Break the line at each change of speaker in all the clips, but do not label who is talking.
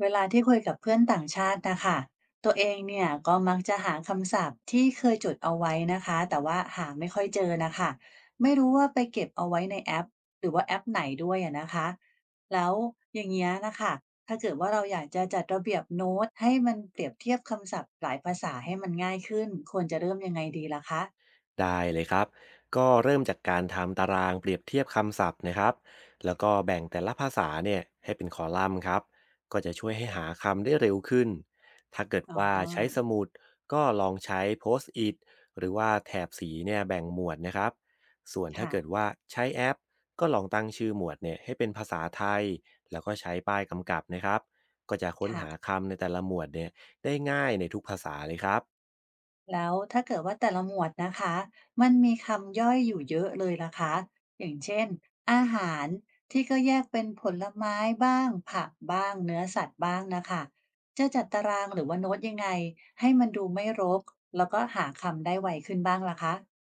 เวลาที่คุยกับเพื่อนต่างชาตินะคะตัวเองเนี่ยก็มักจะหาคำศัพท์ที่เคยจดเอาไว้นะคะแต่ว่าหาไม่ค่อยเจอนะคะไม่รู้ว่าไปเก็บเอาไว้ในแอปหรือว่าแอปไหนด้วยอะนะคะแล้วอย่างเงี้ยนะคะถ้าเกิดว่าเราอยากจะจัดระเบียบโน้ตให้มันเปรียบเทียบคำศัพท์หลายภาษาให้มันง่ายขึ้นควรจะเริ่มยังไงดีล่ะคะ
ได้เลยครับ ก็เริ่มจากการทำตารางเปรียบเทียบคำศัพท์นะครับ แล้วก็แบ่งแต่ละภาษาเนี่ยให้เป็นคอลัมน์ครับก็จะช่วยให้หาคำได้เร็วขึ้น ถ้าเกิด
อ๋อ
ว่าใช้สมุดก็ลองใช้ Post it หรือว่าแถบสีเนี่ยแบ่งหมวดนะครับส่วนถ้า
ค่ะ
เกิดว่าใช้แอปก็ลองตั้งชื่อหมวดเนี่ยให้เป็นภาษาไทย แล้วก็ใช้ป้ายกำกับนะครับก็จะค้น
ค่ะ
หาคำในแต่ละหมวดเนี่ยได้ง่ายในทุกภาษาเลยครับ
แล้วถ้าเกิดว่าแต่ละหมวดนะคะ มันมีคำย่อยอยู่เยอะเลยล่ะคะ อย่างเช่นอาหารที่ก็แยกเป็นผลไม้บ้างผักบ้างเนื้อสัตว์บ้างนะคะจะจัดตารางหรือว่าโน้ตยังไงให้มันดูไม่รกแล้วก็หาคำได้ไวขึ้นบ้างล่ะคะ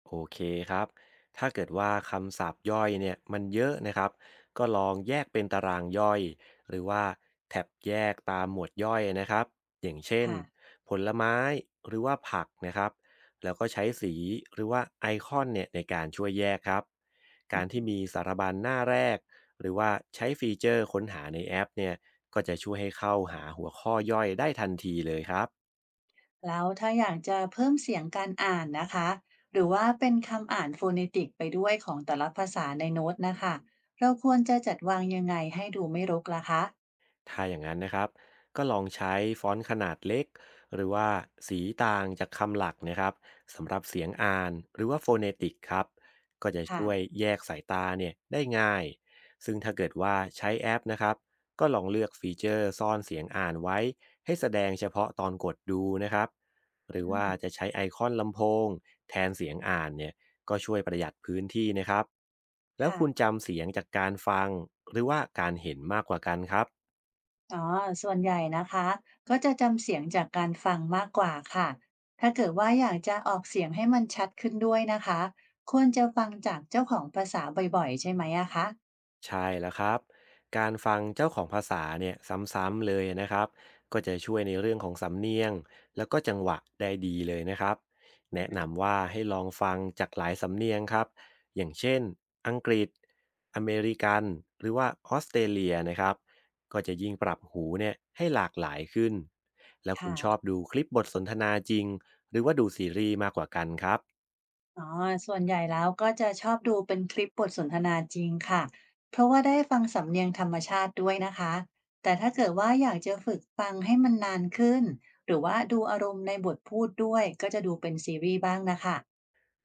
โอเคครับถ้าเกิดว่าคำศัพท์ย่อยเนี่ยมันเยอะนะครับก็ลองแยกเป็นตารางย่อยหรือว่าแท็บแยกตามหมวดย่อยนะครับอย่างเช่น
ค่ะ
ผลไม้หรือว่าผักนะครับแล้วก็ใช้สีหรือว่าไอคอนเนี่ยในการช่วยแยกครับ
อื
การที่
ม
มีสารบัญหน้าแรกหรือว่าใช้ฟีเจอร์ค้นหาในแอปเนี่ยก็จะช่วยให้เข้าหาหัวข้อย่อยได้ทันทีเลยครับ
แล้วถ้าอยากจะเพิ่มเสียงการอ่านนะคะหรือว่าเป็นคำอ่านฟ o น e ติกไปด้วยของแต่ละภาษาในโน้ตนะคะเราควรจะจัดวางยังไงให้ดูไม่รกล่ะคะ
ถ้าอย่างนั้นนะครับก็ลองใช้ฟอนต์ขนาดเล็กหรือว่าสีต่างจากคำหลักนะครับสำหรับเสียงอ่านหรือว่าโฟเนติกครับก็จะ
ค่ะ
ช่วยแยกสายตาเนี่ยได้ง่ายซึ่งถ้าเกิดว่าใช้แอปนะครับก็ลองเลือกฟีเจอร์ซ่อนเสียงอ่านไว้ให้แสดงเฉพาะตอนกดดูนะครับหรื
อื
อว่า
ม
จะใช้ไอคอนลำโพงแทนเสียงอ่านเนี่ยก็ช่วยประหยัดพื้นที่นะครับแล้ว
ค่ะ
คุณจำเสียงจากการฟังหรือว่าการเห็นมากกว่ากันครับ
อ๋อ ส่วนใหญ่นะคะ ก็จะจำเสียงจากการฟังมากกว่าค่ะ ถ้าเกิดว่าอยากจะออกเสียงให้มันชัดขึ้นด้วยนะคะควรจะฟังจากเจ้าของภาษาบ่อยๆใช่ไหมอะคะ
ใช่แล้วครับการฟังเจ้าของภาษาเนี่ยซ้ำๆเลยนะครับก็จะช่วยในเรื่องของสำเนียงแล้วก็จังหวะได้ดีเลยนะครับแนะนำว่าให้ลองฟังจากหลายสำเนียงครับอย่างเช่นอังกฤษอเมริกันหรือว่าออสเตรเลียนะครับก็จะยิ่งปรับหูเนี่ยให้หลากหลายขึ้นแล้วคุณ
ค่ะ
ชอบดูคลิปบทสนทนาจริงหรือว่าดูซีรีส์มากกว่ากันครับ
อ๋อ ส่วนใหญ่แล้วก็จะชอบดูเป็นคลิปบทสนทนาจริงค่ะ เพราะว่าได้ฟังสำเนียงธรรมชาติด้วยนะคะ แต่ถ้าเกิดว่าอยากจะฝึกฟังให้มันนานขึ้นหรือว่าดูอารมณ์ในบทพูดด้วยก็จะดูเป็นซีรีส์บ้างนะคะ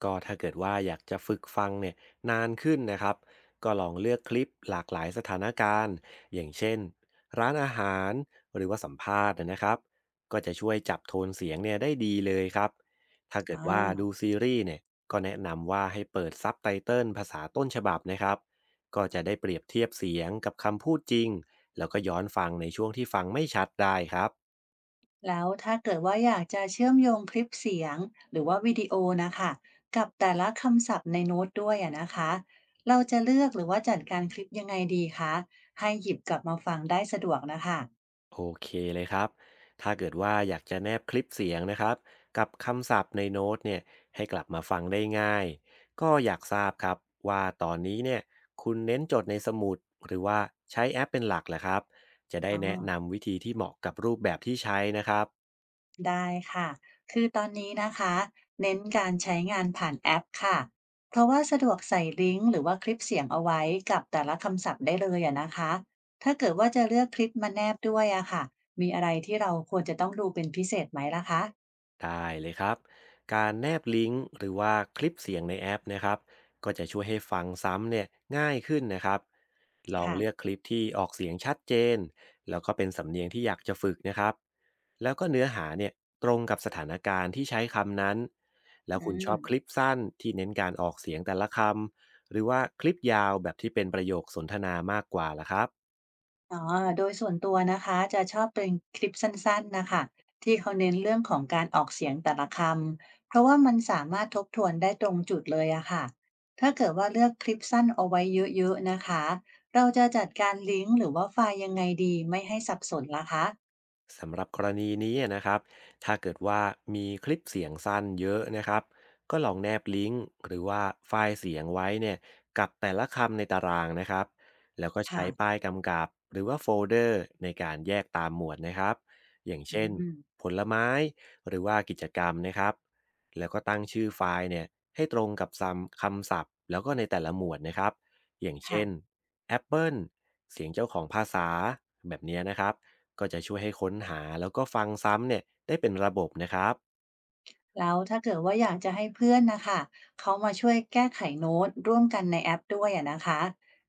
ก็ถ้าเกิดว่าอยากจะฝึกฟังเนี่ยนานขึ้นนะครับก็ลองเลือกคลิปหลากหลายสถานการณ์อย่างเช่นร้านอาหารหรือว่าสัมภาษณ์นะครับก็จะช่วยจับโทนเสียงเนี่ยได้ดีเลยครับถ้าเกิ
อ่
ดว่าดู
า
ซีรีส์เนี่ยก็แนะนำว่าให้เปิดซับไตเติลภาษาต้นฉบับนะครับก็จะได้เปรียบเทียบเสียงกับคำพูดจริงแล้วก็ย้อนฟังในช่วงที่ฟังไม่ชัดได้ครับ
แล้วถ้าเกิดว่าอยากจะเชื่อมโยงคลิปเสียงหรือว่าวิดีโอนะคะกับแต่ละคำศัพท์ในโน้ตด้วยอะนะคะเราจะเลือกหรือว่าจัดการคลิปยังไงดีคะให้หยิบกลับมาฟังได้สะดวกนะคะ
โอเคเลยครับ ถ้าเกิดว่าอยากจะแนบคลิปเสียงนะครับกับคำศัพท์ในโน้ตเนี่ยให้กลับมาฟังได้ง่ายก็อยากทราบครับว่าตอนนี้เนี่ยคุณเน้นจดในสมุดหรือว่าใช้แอปเป็นหลักแหละครับจะได้
อ๋อ
แนะนำวิธีที่เหมาะกับรูปแบบที่ใช้นะครับ
ได้ค่ะคือตอนนี้นะคะเน้นการใช้งานผ่านแอปค่ะเพราะว่าสะดวกใส่ลิงก์หรือว่าคลิปเสียงเอาไว้กับแต่ละคำศัพท์ได้เลยอะนะคะถ้าเกิดว่าจะเลือกคลิปมาแนบด้วยอะค่ะมีอะไรที่เราควรจะต้องดูเป็นพิเศษไหมล่ะคะ
ได้เลยครับการแนบลิงก์หรือว่าคลิปเสียงในแอปนะครับก็จะช่วยให้ฟังซ้ำเนี่ยง่ายขึ้นนะครับลอง
ค่ะ
เลือกคลิปที่ออกเสียงชัดเจนแล้วก็เป็นสำเนียงที่อยากจะฝึกนะครับ แล้วก็เนื้อหาเนี่ยตรงกับสถานการณ์ที่ใช้คำนั้นแล้ว
อื
คุณชอ
ม
บคลิปสั้นที่เน้นการออกเสียงแต่ละคำหรือว่าคลิปยาวแบบที่เป็นประโยคสนทนามากกว่าล่ะครับ
อ๋อโดยส่วนตัวนะคะจะชอบเป็นคลิปสั้นๆนะคะที่เขาเน้นเรื่องของการออกเสียงแต่ละคำเพราะว่ามันสามารถทบทวนได้ตรงจุดเลยอะค่ะถ้าเกิดว่าเลือกคลิปสั้นเอาไว้เยอะๆนะคะเราจะจัดการลิงก์หรือว่าไฟล์ยังไงดีไม่ให้สับสนล่ะคะ
สำหรับกรณีนี้นะครับถ้าเกิดว่ามีคลิปเสียงสั้นเยอะนะครับก็ลองแนบลิงก์หรือว่าไฟล์เสียงไว้เนี่ยกับแต่ละคำในตารางนะครับแล้วก็ใช้
ค่ะ
ป้ายกำกับหรือว่าโฟลเดอร์ในการแยกตามหมวดนะครับอย่าง
อื
เช่น
ม
ผลไม้หรือว่ากิจกรรมนะครับแล้วก็ตั้งชื่อไฟล์เนี่ยให้ตรงกับซ้ำคำศัพท์แล้วก็ในแต่ละหมวดนะครับอย่าง
ค่ะ
เช่น Apple เสียงเจ้าของภาษาแบบเนี้ยนะครับ ก็จะช่วยให้ค้นหาแล้วก็ฟังซ้ำเนี่ยได้เป็นระบบนะครับ
แล้วถ้าเกิดว่าอยากจะให้เพื่อนนะคะเขามาช่วยแก้ไขโน้ตร่วมกันในแอปด้วยอะนะคะ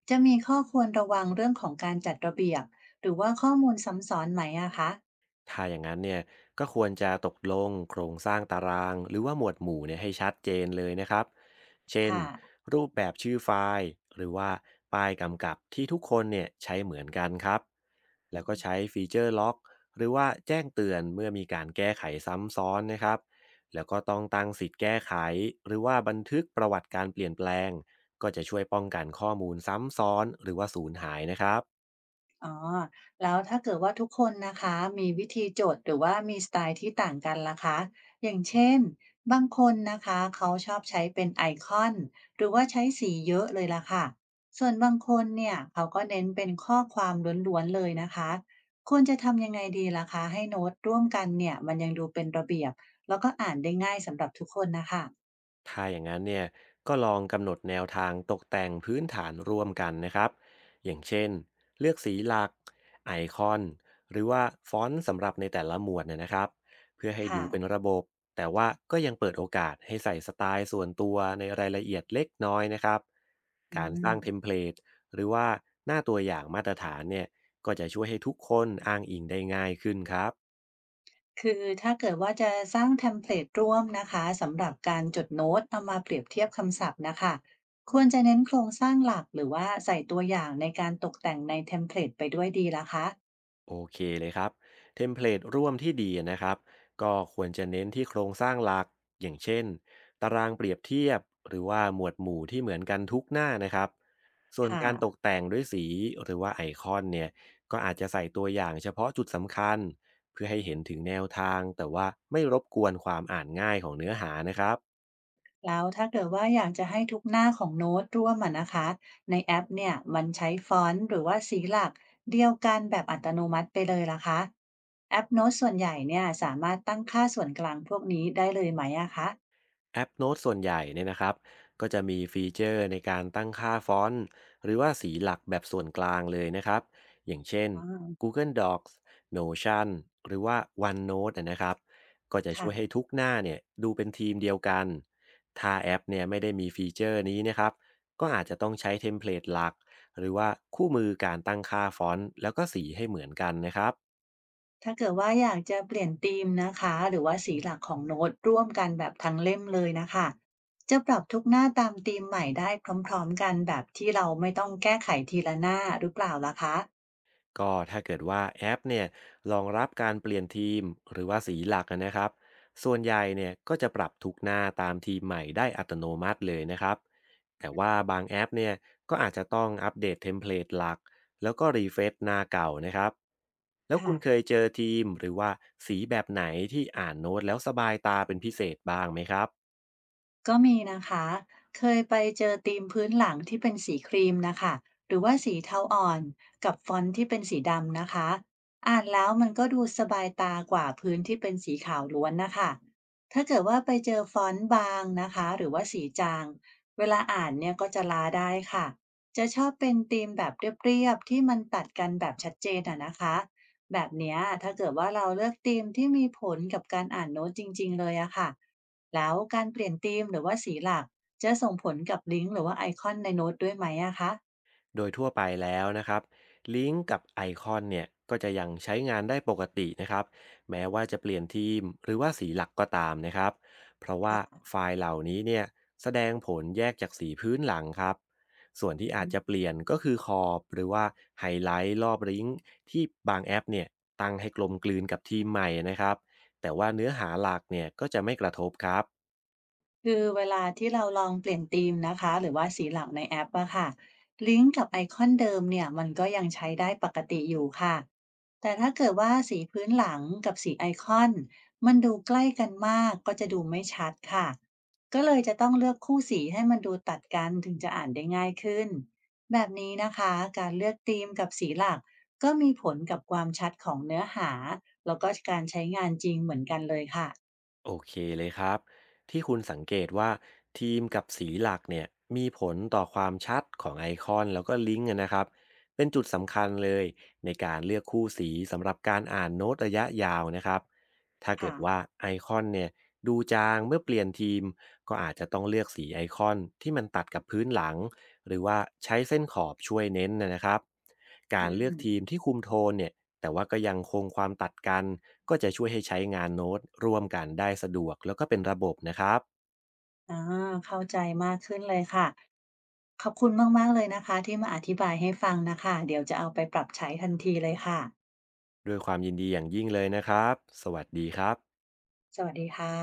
จะมีข้อควรระวังเรื่องของการจัดระเบียบหรือว่าข้อมูลซ้ำซ้อนไหมอะคะ
ถ้าอย่างนั้นเนี่ยก็ควรจะตกลงโครงสร้างตารางหรือว่าหมวดหมู่เนี่ยให้ชัดเจนเลยนะครับเช่น
ค่
รูปแบบชื่อไฟล์หรือว่าป้ายกำกับที่ทุกคนเนี่ยใช้เหมือนกันครับแล้
ะ
วก็ใช้ฟีเจอร์ล็อกหรือว่าแจ้งเตือนเมื่อมีการแก้ไขซ้ำซ้อนนะครับแล้วก็ต้องตั้งสิทธิ์แก้ไขหรือว่าบันทึกประวัติการเปลี่ยนแปลงก็จะช่วยป้องกันข้อมูลซ้ำซ้อนหรือว่าสูญหายนะครับ
อ๋อแล้วถ้าเกิดว่าทุกคนนะคะมีวิธีจดหรือว่ามีสไตล์ที่ต่างกันล่ะคะอย่างเช่นบางคนนะคะเขาชอบใช้เป็นไอคอนหรือว่าใช้สีเยอะเลยล่ะค่ะส่วนบางคนเนี่ยเขาก็เน้นเป็นข้อความล้วนๆเลยนะคะควรจะทำยังไงดีล่ะคะให้โน้ตร่วมกันเนี่ยมันยังดูเป็นระเบียบแล้วก็อ่านได้ง่ายสำหรับทุกคนนะคะ
ถ้าอย่างนั้นเนี่ยก็ลองกำหนดแนวทางตกแต่งพื้นฐานร่วมกันนะครับอย่างเช่นเลือกสีหลักไอคอนหรือว่าฟอนต์สำหรับในแต่ละหมวดเนี่ยนะครับเพื่อให้
ค่ะ
ดูเป็นระบบแต่ว่าก็ยังเปิดโอกาสให้ใส่สไตล์ส่วนตัวในรายละเอียดเล็กน้อยนะครับ
อื
การส
ม
ร้างเทมเพลตหรือว่าหน้าตัวอย่างมาตรฐานเนี่ยก็จะช่วยให้ทุกคนอ้างอิงได้ง่ายขึ้นครับ
คือถ้าเกิดว่าจะสร้างเทมเพลตร่วมนะคะสำหรับการจดโน้ตเอามาเปรียบเทียบคำศัพท์นะคะควรจะเน้นโครงสร้างหลักหรือว่าใส่ตัวอย่างในการตกแต่งในเทมเพลตไปด้วยดีละคะ
โอเคเลยครับเทมเพลตร่วมที่ดีนะครับก็ควรจะเน้นที่โครงสร้างหลักอย่างเช่นตารางเปรียบเทียบหรือว่าหมวดหมู่ที่เหมือนกันทุกหน้านะครับส่วน
ค่ะ
การตกแต่งด้วยสีหรือว่าไอคอนเนี่ยก็อาจจะใส่ตัวอย่างเฉพาะจุดสำคัญเพื่อให้เห็นถึงแนวทางแต่ว่าไม่รบกวนความอ่านง่ายของเนื้อหานะครับ
แล้วถ้าเกิดว่าอยากจะให้ทุกหน้าของโน้ตร่วมอะนะคะในแอปเนี่ยมันใช้ฟอนต์หรือว่าสีหลักเดียวกันแบบอัตโนมัติไปเลยละคะแอปโน้ตส่วนใหญ่เนี่ยสามารถตั้งค่าส่วนกลางพวกนี้ได้เลยไหมอะคะ
แอปโน้ตส่วนใหญ่เนี่ยนะครับก็จะมีฟีเจอร์ในการตั้งค่าฟอนต์หรือว่าสีหลักแบบส่วนกลางเลยนะครับอย่างเช่น
อา
Google Docs Notion หรือว่า OneNote อะนะครับก็จะช่
ค่ะ
วยให้ทุกหน้าเนี่ยดูเป็นทีมเดียวกันถ้าแอปเนี่ยไม่ได้มีฟีเจอร์นี้นะครับก็อาจจะต้องใช้เทมเพลตหลักหรือว่าคู่มือการตั้งค่าฟอนต์แล้วก็สีให้เหมือนกันนะครับ
ถ้าเกิดว่าอยากจะเปลี่ยนธีมนะคะหรือว่าสีหลักของโน้ตร่วมกันแบบทั้งเล่มเลยนะคะจะปรับทุกหน้าตามธีมใหม่ได้พร้อมๆกันแบบที่เราไม่ต้องแก้ไขทีละหน้าหรือเปล่าล่ะคะ
ก็ถ้าเกิดว่าแอปเนี่ยรองรับการเปลี่ยนทีมหรือว่าสีหลักนะครับส่วนใหญ่เนี่ยก็จะปรับทุกหน้าตามทีมใหม่ได้อัตโนมัติเลยนะครับแต่ว่าบางแอปเนี่ยก็อาจจะต้องอัปเดตเทมเพลตหลักแล้วก็รีเฟซหน้าเก่านะครับแล้วคุ
ค่ะ
ณเคยเจอทีมหรือว่าสีแบบไหนที่อ่านโน้ตแล้วสบายตาเป็นพิเศษบ้างไหมครับ
ก็มีนะคะ เคยไปเจอธีมพื้นหลังที่เป็นสีครีมนะคะ หรือว่าสีเทาอ่อนกับฟอนต์ที่เป็นสีดำนะคะ อ่านแล้วมันก็ดูสบายตากว่าพื้นที่เป็นสีขาวล้วนนะคะ ถ้าเกิดว่าไปเจอฟอนต์บางนะคะหรือว่าสีจางเวลาอ่านเนี่ยก็จะลาได้ค่ะ จะชอบเป็นธีมแบบเรียบๆที่มันตัดกันแบบชัดเจนอะนะคะ แบบเนี้ยถ้าเกิดว่าเราเลือกธีมที่มีผลกับการอ่านโน้ตจริงๆเลยอะค่ะแล้วการเปลี่ยนธีมหรือว่าสีหลักจะส่งผลกับลิงก์หรือว่าไอคอนในโน้ตด้วยไหมอะคะ
โดยทั่วไปแล้วนะครับลิงก์กับไอคอนเนี่ยก็จะยังใช้งานได้ปกตินะครับแม้ว่าจะเปลี่ยนทีมหรือว่าสีหลักก็ตามนะครับเพราะว่า
ค่ะ
ไฟล์เหล่านี้เนี่ยแสดงผลแยกจากสีพื้นหลังครับส่วน
อื
ที่อาจจะเป
ม
ลี่ยนก็คือขอบหรือว่าไฮไลท์รอบลิงก์ที่บางแอปเนี่ยตั้งให้กลมกลืนกับทีมใหม่นะครับแต่ว่าเนื้อหาหลักเนี่ยก็จะไม่กระทบครับ
คือเวลาที่เราลองเปลี่ยนธีมนะคะหรือว่าสีหลักในแอปอะค่ะลิงก์กับไอคอนเดิมเนี่ยมันก็ยังใช้ได้ปกติอยู่ค่ะแต่ถ้าเกิดว่าสีพื้นหลังกับสีไอคอนมันดูใกล้กันมากก็จะดูไม่ชัดค่ะก็เลยจะต้องเลือกคู่สีให้มันดูตัดกันถึงจะอ่านได้ง่ายขึ้นแบบนี้นะคะการเลือกธีมกับสีหลักก็มีผลกับความชัดของเนื้อหาแล้วก็การใช้งานจริงเหมือนกันเลยค่ะ
โอเคเลยครับที่คุณสังเกตว่าทีมกับสีหลักเนี่ยมีผลต่อความชัดของไอคอนแล้วก็ลิงก์อะนะครับเป็นจุดสำคัญเลยในการเลือกคู่สีสำหรับการอ่านโน้ตระยะยาวนะครับถ้าเกิ
ค่ะ
ดว่าไอคอนเนี่ยดูจางเมื่อเปลี่ยนทีมก็อาจจะต้องเลือกสีไอคอนที่มันตัดกับพื้นหลังหรือว่าใช้เส้นขอบช่วยเน้นนะครับกา
อื
รเลือ
ม
กทีมที่คุมโทนเนี่ย แต่ว่าก็ยังคงความตัดกันก็จะช่วยให้ใช้งานโน้ตร่วมกันได้สะดวกแล้วก็เป็นระบบนะครับ
อาเข้าใจมากขึ้นเลยค่ะขอบคุณมากๆเลยนะคะที่มาอธิบายให้ฟังนะคะเดี๋ยวจะเอาไปปรับใช้ทันทีเลยค่ะ
ด้วยความยินดีอย่างยิ่งเลยนะครับสวัสดีครับ
สวัสดีค่ะ